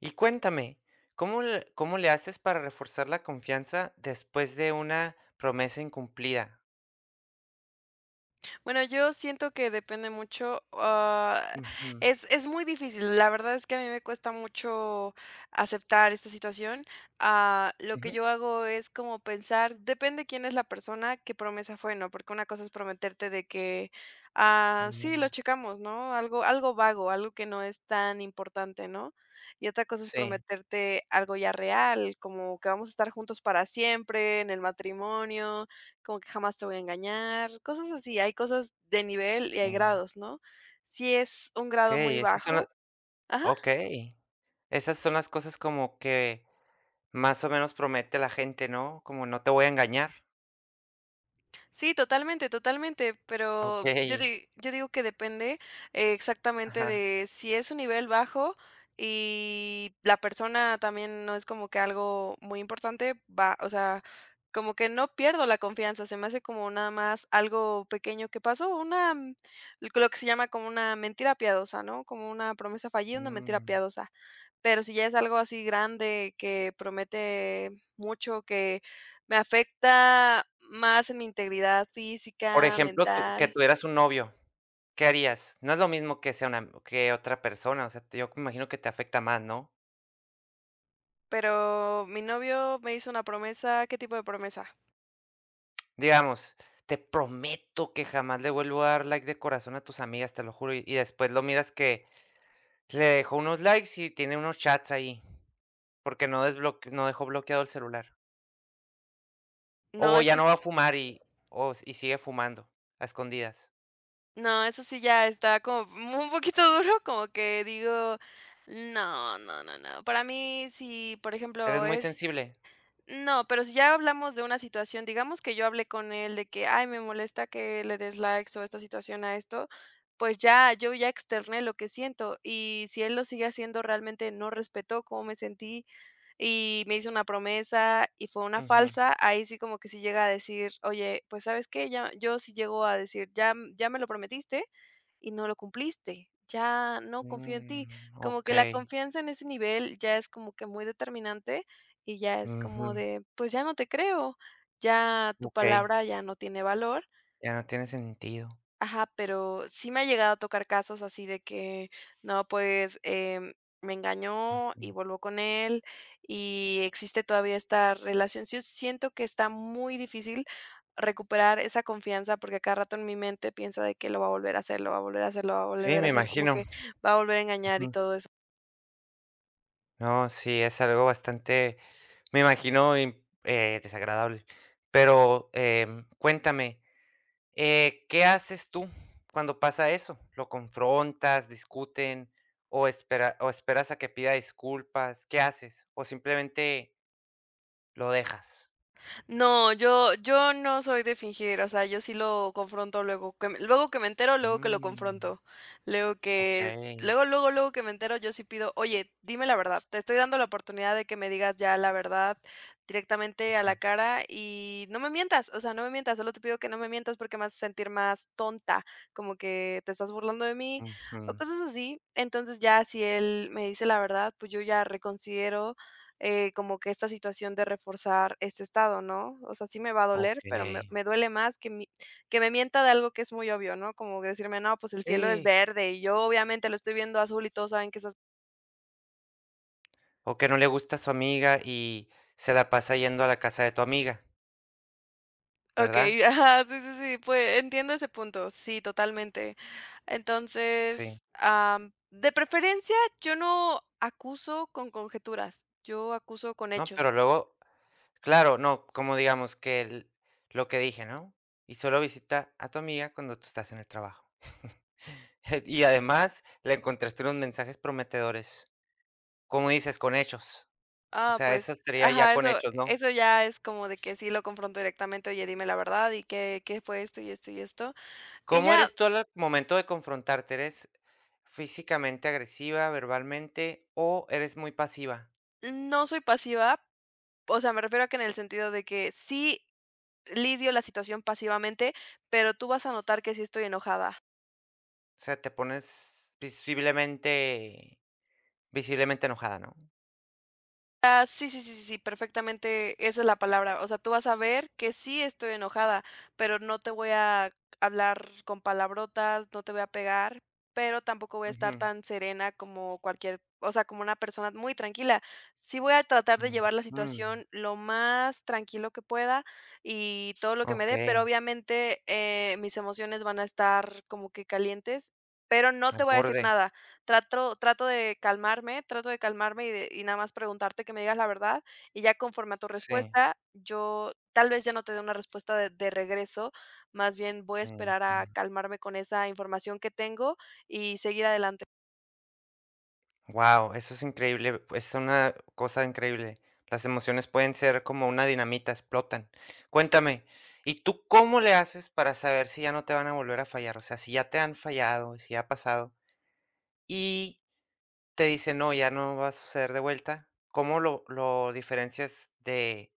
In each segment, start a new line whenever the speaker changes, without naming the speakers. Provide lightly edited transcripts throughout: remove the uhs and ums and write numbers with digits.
Y cuéntame, ¿cómo le haces para reforzar la confianza después de una promesa incumplida?
Bueno, yo siento que depende mucho,
Ujú,
es muy difícil. La verdad es que a mí me cuesta mucho aceptar esta situación. Ah, lo que
ujú.
yo hago es como pensar, depende quién es la persona, qué promesa fue, ¿no? Porque una cosa es prometerte de que, sí, lo
Claro.
checamos, ¿no? Algo vago, algo que no es tan importante, ¿no? Y otra cosa es
Sí,
prometerte algo ya real, como que vamos a estar juntos para siempre, en el matrimonio, como que jamás te voy a engañar, cosas así. Hay cosas de nivel y
sí.
hay grados, ¿no? Si es un grado muy
Okey, esas son la
bajo. Ajá.
okey. Esas son las cosas como que más o menos promete la gente, ¿no? Como no te voy a engañar.
Sí, totalmente, totalmente, pero
Okey.
yo digo que depende, exactamente
Ajá.
de si es un nivel bajo y la persona también no es como que algo muy importante, va, o sea, como que no pierdo la confianza, se me hace como nada más algo pequeño que pasó, lo que se llama como una mentira piadosa, ¿no? Como una promesa fallida, una mentira
Mm.
piadosa. Pero si ya es algo así grande que promete mucho, que me afecta más en mi integridad
Por
física,
ejemplo, tú que
mental,
tuvieras un novio, ¿qué harías? No es lo mismo que sea una que otra persona, o sea, te yo me imagino que te afecta más, ¿no?
pero mi novio me hizo una promesa, ¿qué tipo de promesa?
Digamos, te prometo que jamás le vuelvo a dar like de corazón a tus amigas, te lo juro. Y después lo miras que le dejó unos likes y tiene unos chats ahí, porque no dejó bloqueado el celular.
No,
O
eso
ya
s
no va a fumar y sigue fumando a escondidas.
no, eso sí ya está como un poquito duro, como que digo, no, no, no, no. Para mí, si, por
Eres
ejemplo,
muy
es
sensible.
No, pero si ya hablamos de una situación, digamos que yo hablé con él de que, ay, me molesta que le des likes o esta situación a esto, pues ya, yo ya externé lo que siento y si él lo sigue haciendo, realmente no respetó cómo me sentí y me hizo una promesa y fue una
Ujú.
falsa, ahí sí como que si llega a decir, oye, pues sabes qué, ya, yo sí llego a decir, ya, ya me lo prometiste y no lo cumpliste. Ya no confío en ti.
Mm,
Como que la
okey.
confianza en ese nivel ya es como que muy determinante y ya es
Ujú.
como de, pues ya no te creo, ya tu
Okey.
palabra ya no tiene valor.
Ya no tiene sentido.
Ajá, pero sí me ha llegado a tocar casos así de que, no, pues me engañó y
Mm,
volvió con él y existe todavía esta relación. Sí, siento que está muy difícil recuperar esa confianza porque a cada rato en mi mente piensa de que lo va a volver a hacer, lo va a volver a hacer, lo va a
sí,
volver a
me
hacer, como
imagino.
que va a volver a engañar y todo eso.
No, sí, es algo bastante, me imagino, desagradable. Pero cuéntame, ¿qué haces tú cuando pasa eso? ¿Lo confrontas, discuten o, espera, o esperas a que pida disculpas? ¿Qué haces? ¿O simplemente lo dejas?
No, yo no soy de fingir, o sea, yo sí lo confronto luego que me entero, luego que lo
Mm,
confronto, luego
ok.
que, luego que me entero, yo sí pido, oye, dime la verdad, te estoy dando la oportunidad de que me digas ya la verdad directamente a la cara y no me mientas, o sea, no me mientas, solo te pido que no me mientas porque me hace sentir más tonta, como que te estás burlando de mí
Ujú,
o cosas así. Entonces ya si él me dice la verdad, pues yo ya reconsidero, como que esta situación de reforzar este estado, ¿no? O sea, sí me va a doler,
ok.
pero me duele más que, que me mienta de algo que es muy obvio, ¿no? Como decirme, no, pues el cielo es
Sí.
verde y yo obviamente lo estoy viendo azul y todos saben que esas.
O que no le gusta a su amiga y se la pasa yendo a la casa de tu amiga,
Ok,
¿verdad?
ajá, sí, sí, sí, pues entiendo ese punto, sí, totalmente.
Sí.
Entonces, de preferencia, yo no acuso con conjeturas, yo acuso con
No, pero
hechos.
luego claro, no, como digamos que lo que dije, ¿no? Y solo visita a tu amiga cuando tú estás en el trabajo. Y además le encontraste unos mensajes prometedores, como dices, con hechos. O
Ah,
sea,
pues,
eso sería ya
ajá,
con
eso
hechos, ¿no?
eso ya es como de que sí lo confronto directamente: "Oye, dime la verdad, y qué fue esto, y esto, y esto". Y
¿Cómo
ya,
eres tú al momento de confrontarte? ¿Eres físicamente agresiva, verbalmente, o eres muy pasiva?
no soy pasiva, o sea, me refiero a que en el sentido de que sí lidio la situación pasivamente, pero tú vas a notar que sí estoy enojada.
O sea, te pones visiblemente enojada, ¿no?
Ah, sí, sí, sí, sí, sí, perfectamente, eso es la palabra. O sea, tú vas a ver que sí estoy enojada, pero no te voy a hablar con palabrotas, no te voy a pegar, pero tampoco voy a estar
Ujú,
tan serena como cualquier, o sea, como una persona muy tranquila. Sí voy a tratar de
ujú,
llevar la
ujú.
situación lo más tranquilo que pueda y todo lo que me
Ok,
dé, pero obviamente mis emociones van a estar como que calientes, pero no te
al
voy a decir
borde,
nada. Trato de calmarme y de y nada más preguntarte que me digas la verdad, y ya conforme a tu
sí.
respuesta, yo tal vez ya no te dé una respuesta de regreso, más bien voy a esperar a calmarme con esa información que tengo y seguir adelante.
Wow, eso es increíble, es una cosa increíble. Las emociones pueden ser como una dinamita, explotan. Cuéntame, ¿y tú cómo le haces para saber si ya no te van a volver a fallar? O sea, si ya te han fallado, si ya ha pasado, y te dicen, no, ya no va a suceder de vuelta, ¿cómo lo diferencias de,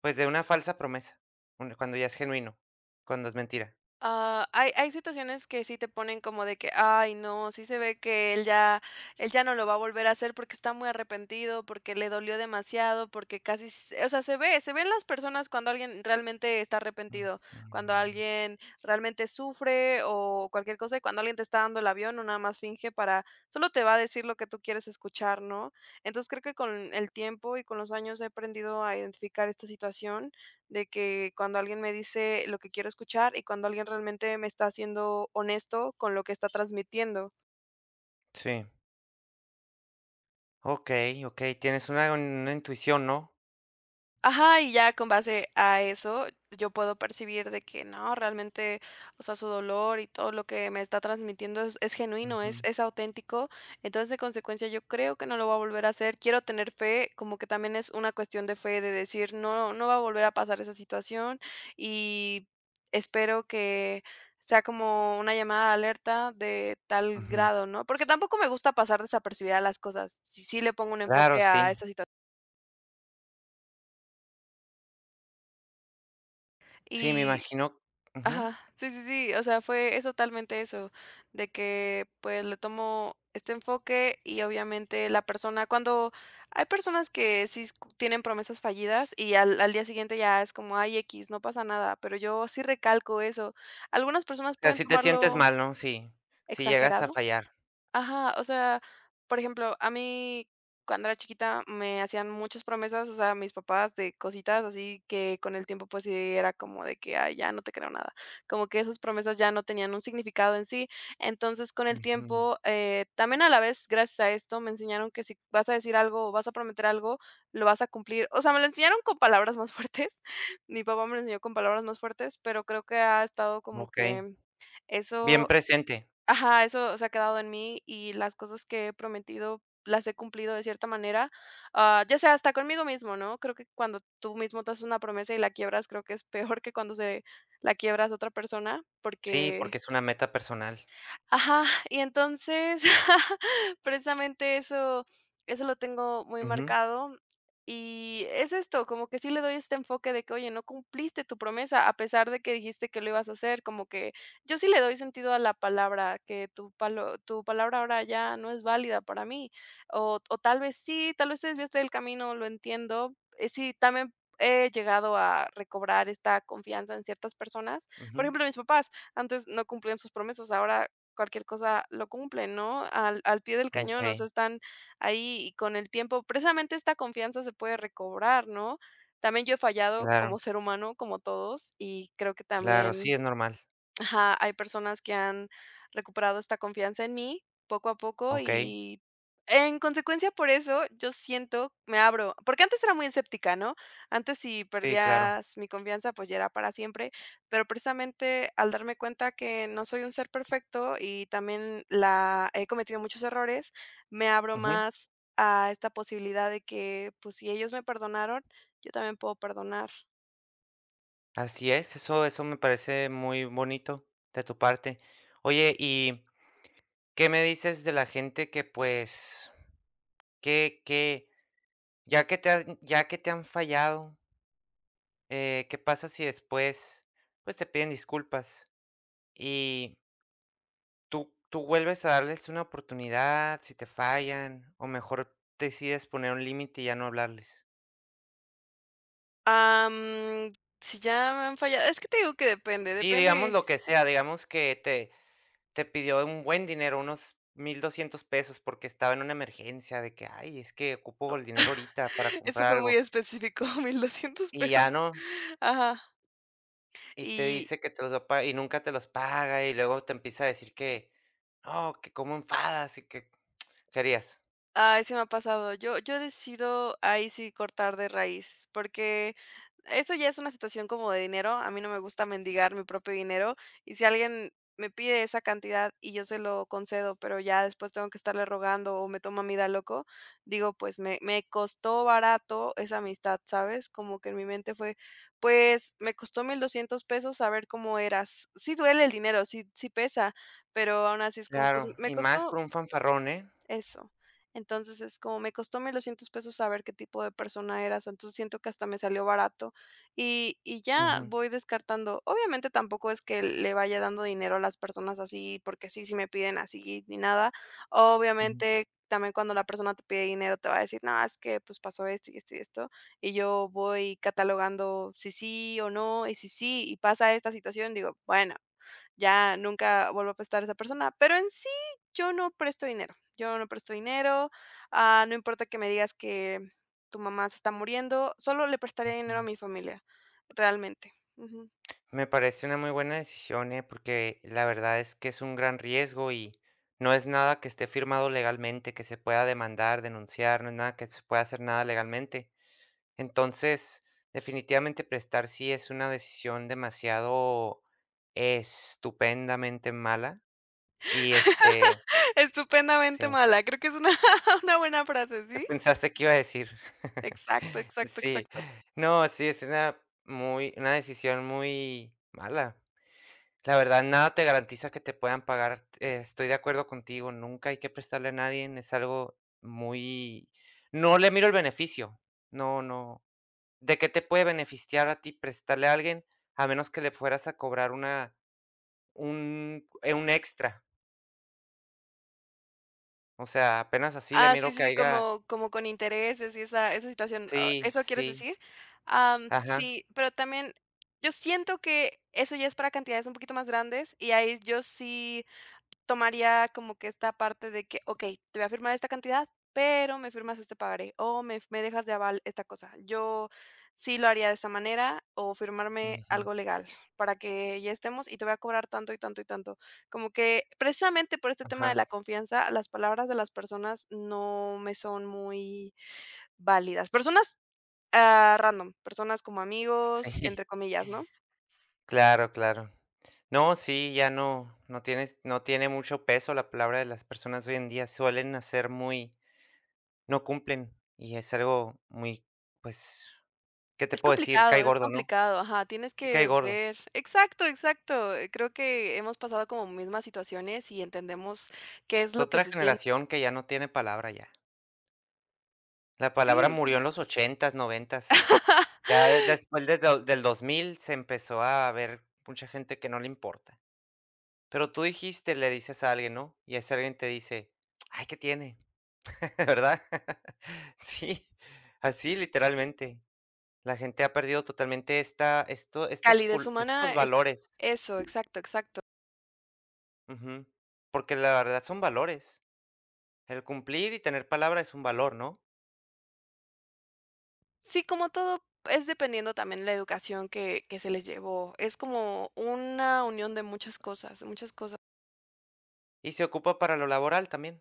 pues, de una falsa promesa? Cuando ya es genuino, cuando es mentira.
Ah, hay situaciones que sí te ponen como de que: "Ay, no, sí se ve que él ya no lo va a volver a hacer porque está muy arrepentido, porque le dolió demasiado, porque casi s", o sea, se ven las personas cuando alguien realmente está
Mm,
arrepentido, cuando
mm.
alguien realmente sufre o cualquier cosa, y cuando alguien te está dando el avión o nada más finge para solo te va a decir lo que tú quieres escuchar, ¿no? Entonces, creo que con el tiempo y con los años he aprendido a identificar esta situación de que cuando alguien me dice lo que quiero escuchar y cuando alguien realmente me está siendo honesto con lo que está transmitiendo.
Sí, ok, ok, tienes una intuición, ¿no?
Ajá, y ya con base a eso, yo puedo percibir de que no, realmente, o sea, su dolor y todo lo que me está transmitiendo es genuino, es,
Ujú,
es auténtico. Entonces, de consecuencia, yo creo que no lo va a volver a hacer. Quiero tener fe, como que también es una cuestión de fe, de decir, no, no va a volver a pasar esa situación y espero que sea como una llamada de alerta de tal
ujú.
grado, ¿no? Porque tampoco me gusta pasar desapercibida las cosas. Si sí le pongo un
Claro,
enfoque a
sí.
esta situación.
Sí, me
Y
imagino. Ujú. O
Ajá, sí, sí, sí, o sea, fue es totalmente eso, de que, pues, le tomo este enfoque y obviamente la persona cuando hay personas que sí s tienen promesas fallidas y al día siguiente ya es como: "Ay, x, no pasa nada", pero yo sí recalco eso. Algunas personas
sea,
pueden
sí te sientes
tomarlo
mal, ¿no? Sí, si llegas a
exagerado.
fallar.
Ajá, o sea, por ejemplo, a mí cuando era chiquita me hacían muchas promesas, o sea, mis papás de cositas así que con el tiempo pues sí era como de que, ay, ya no te creo nada, como que esas promesas ya no tenían un significado en sí, entonces con el
Ujú.
tiempo, también a la vez, gracias a esto, me enseñaron que si vas a decir algo o vas a prometer algo, lo vas a cumplir, o sea, me lo enseñaron con palabras más fuertes, mi papá me lo enseñó con palabras más fuertes, pero creo que ha estado como
Okey.
que
Bien
eso.
presente.
Ajá, eso se ha quedado en mí y las cosas que he prometido las he cumplido de cierta manera, ya sea hasta conmigo mismo, ¿no? Creo que cuando tú mismo te haces una promesa y la quiebras, creo que es peor que cuando se la quiebras a otra persona,
Sí,
porque.
porque es una meta personal.
Ajá, y entonces, precisamente eso lo tengo muy
Ujú,
marcado, y es esto, como que sí le doy este enfoque de que: "Oye, no cumpliste tu promesa, a pesar de que dijiste que lo ibas a hacer", como que yo sí le doy sentido a la palabra, que tu palabra ahora ya no es válida para mí, o tal vez sí, tal vez te desviaste del camino, lo entiendo. Sí, también he llegado a recobrar esta confianza en ciertas personas. Por
ujú.
ejemplo, mis papás, antes no cumplían sus promesas, ahora cualquier cosa lo cumplen, ¿no? Al pie del cañón, o sea,
Okey,
están ahí y con el tiempo, precisamente esta confianza se puede recobrar, ¿no? También yo he fallado
claro,
como ser humano, como todos, y creo que
claro, sí,
también.
es normal.
Ajá, hay personas que han recuperado esta confianza en mí poco a poco
Okey,
y en consecuencia por eso yo siento me abro, porque antes era muy escéptica, ¿no? Antes si
sí, claro.
perdías mi confianza, pues ya era para siempre, pero precisamente al darme cuenta que no soy un ser perfecto y también la he cometido muchos errores, me abro
Ujú.
más a esta posibilidad de que, pues si ellos me perdonaron, yo también puedo perdonar.
Así es, eso me parece muy bonito de tu parte. Oye, ¿y qué me dices de la gente que, pues, que ya que te han fallado? ¿Qué pasa si después, pues, te piden disculpas y tú vuelves a darles una oportunidad si te fallan, o mejor decides poner un límite y ya no hablarles?
Am, si ya me han fallado es que te digo que depende,
Sí, digamos
depende.
lo que sea, digamos que te pidió un buen dinero, unos 1,200 pesos porque estaba en una emergencia de que: "Ay, es que ocupo el dinero ahorita para
Eso
comprar
fue muy
algo",
específico, Mil doscientos
y
pesos.
ya no,
Ajá.
y te
Y
dice que te los va a pagar y nunca te los paga, y luego te empieza a decir que: "No, que cómo enfadas", y que serías.
ay, sí me ha pasado. Yo decido ahí sí cortar de raíz, porque eso ya es una situación como de dinero. A mí no me gusta mendigar mi propio dinero, y si alguien me pide esa cantidad y yo se lo concedo, pero ya después tengo que estarle rogando o me toma a mí loco, digo, pues me costó barato esa amistad, ¿sabes? Como que en mi mente fue, pues me costó 1200 pesos saber cómo eras. Sí duele el dinero, sí sí pesa, pero aún así es como, pues
Claro,
me
y más
costó
por un fanfarrón, ¿eh?
eso. Entonces, es como me costó 1200 pesos saber qué tipo de persona eras, entonces siento que hasta me salió barato, y ya
Ujú,
voy descartando. Obviamente, tampoco es que le vaya dando dinero a las personas así, porque sí, si me piden así ni nada.
ujú,
Obviamente, también cuando la persona te pide dinero, te va a decir: "No, es que, pues, pasó esto y esto y esto", y yo voy catalogando si sí o no, y si sí, y pasa esta situación, digo: "Bueno". Ya nunca vuelvo a prestar a esa persona, pero en sí yo no presto dinero, yo no presto dinero, no importa que me digas que tu mamá se está muriendo, solo le prestaría dinero a
ujú.
mi familia, realmente. Ujú.
Me parece una muy buena decisión, ¿eh? Porque la verdad es que es un gran riesgo y no es nada que esté firmado legalmente, que se pueda demandar, denunciar, no es nada que se pueda hacer nada legalmente. Entonces, definitivamente prestar sí es una decisión demasiado estupendamente mala y este,
Estupendamente
sí.
mala, creo que es una una buena frase,
¿Qué
¿sí?
pensaste que iba a decir?
Exacto, exacto,
Sí,
exacto.
no, sí, es una muy una decisión muy mala. La verdad, nada te garantiza que te puedan pagar, estoy de acuerdo contigo, nunca hay que prestarle a nadie, es algo muy no le miro el beneficio, no, no, ¿de qué te puede beneficiar a ti prestarle a alguien a menos que le fueras a cobrar una un extra? O sea, apenas así le
Ah, sí,
miro que
sí,
haya
como con intereses y esa situación,
sí,
¿eso quieres
sí,
decir? Am,
ajá,
sí, pero también yo siento que eso ya es para cantidades un poquito más grandes y ahí yo sí tomaría como que esta parte de que, okey, te voy a firmar esta cantidad, pero me firmas este pagaré, o me dejas de aval esta cosa. Yo sí lo haría de esa manera, o firmarme
ujú,
algo legal para que ya estemos y te voy a cobrar tanto y tanto y tanto. Como que precisamente por este tema de la
ajá.
confianza, las palabras de las personas no me son muy válidas. Personas, random, personas como amigos,
Sí,
entre comillas, ¿no?
claro, claro. No, sí, ya no, no tiene mucho peso la palabra de las personas hoy en día. Suelen hacer muy, no cumplen. Y es algo muy, pues, ¿qué te puedo decir? Cae
Es
gordo, ¿no?
complicado, ajá, tienes
Sí, cae
que
gordo.
ver. Exacto, exacto. Creo que hemos pasado como mismas situaciones y entendemos qué es
Es
lo que
otra
se siente.
generación que ya no tiene palabra ya. La palabra
Sí, sí,
murió
sí.
en los ochentas, noventas. Ya después del 2000 se empezó a ver mucha gente que no le importa. Pero tú dijiste, le dices a alguien, ¿no? Y ese alguien te dice, ay, ¿qué tiene? ¿Verdad? Sí, así literalmente. La gente ha perdido totalmente esta esto estos
Calidez
cul
humana
estos
es
valores.
eso, exacto, exacto.
Ujú. Porque la verdad son valores. El cumplir y tener palabra es un valor, ¿no?
Sí, como todo es dependiendo también la educación que se les llevó. Es como una unión de muchas cosas, de muchas cosas.
Y se ocupa para lo laboral también,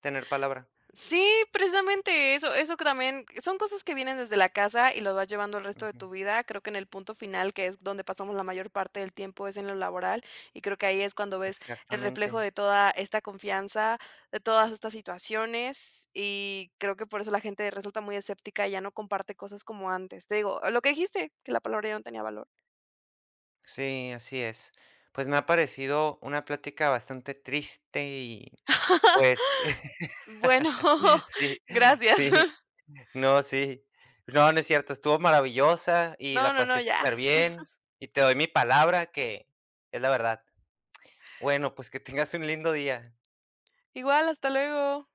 tener palabra.
Sí, precisamente eso, eso que también son cosas que vienen desde la casa y los vas llevando el resto de
Ujú,
tu vida. Creo que en el punto final, que es donde pasamos la mayor parte del tiempo, es en lo laboral y creo que ahí es cuando ves el reflejo
exactamente.
de toda esta confianza, de todas estas situaciones y creo que por eso la gente resulta muy escéptica y ya no comparte cosas como antes. Te digo, lo que dijiste, que la palabra ya no tenía valor.
Sí, así es. Pues me ha parecido una plática bastante triste y, pues,
Bueno,
sí,
gracias.
sí. No, sí. No, no es cierto, estuvo maravillosa y
No,
la
no, no,
pasé
ya.
súper bien. Y te doy mi palabra que es la verdad. Bueno, pues que tengas un lindo día.
Igual, hasta luego.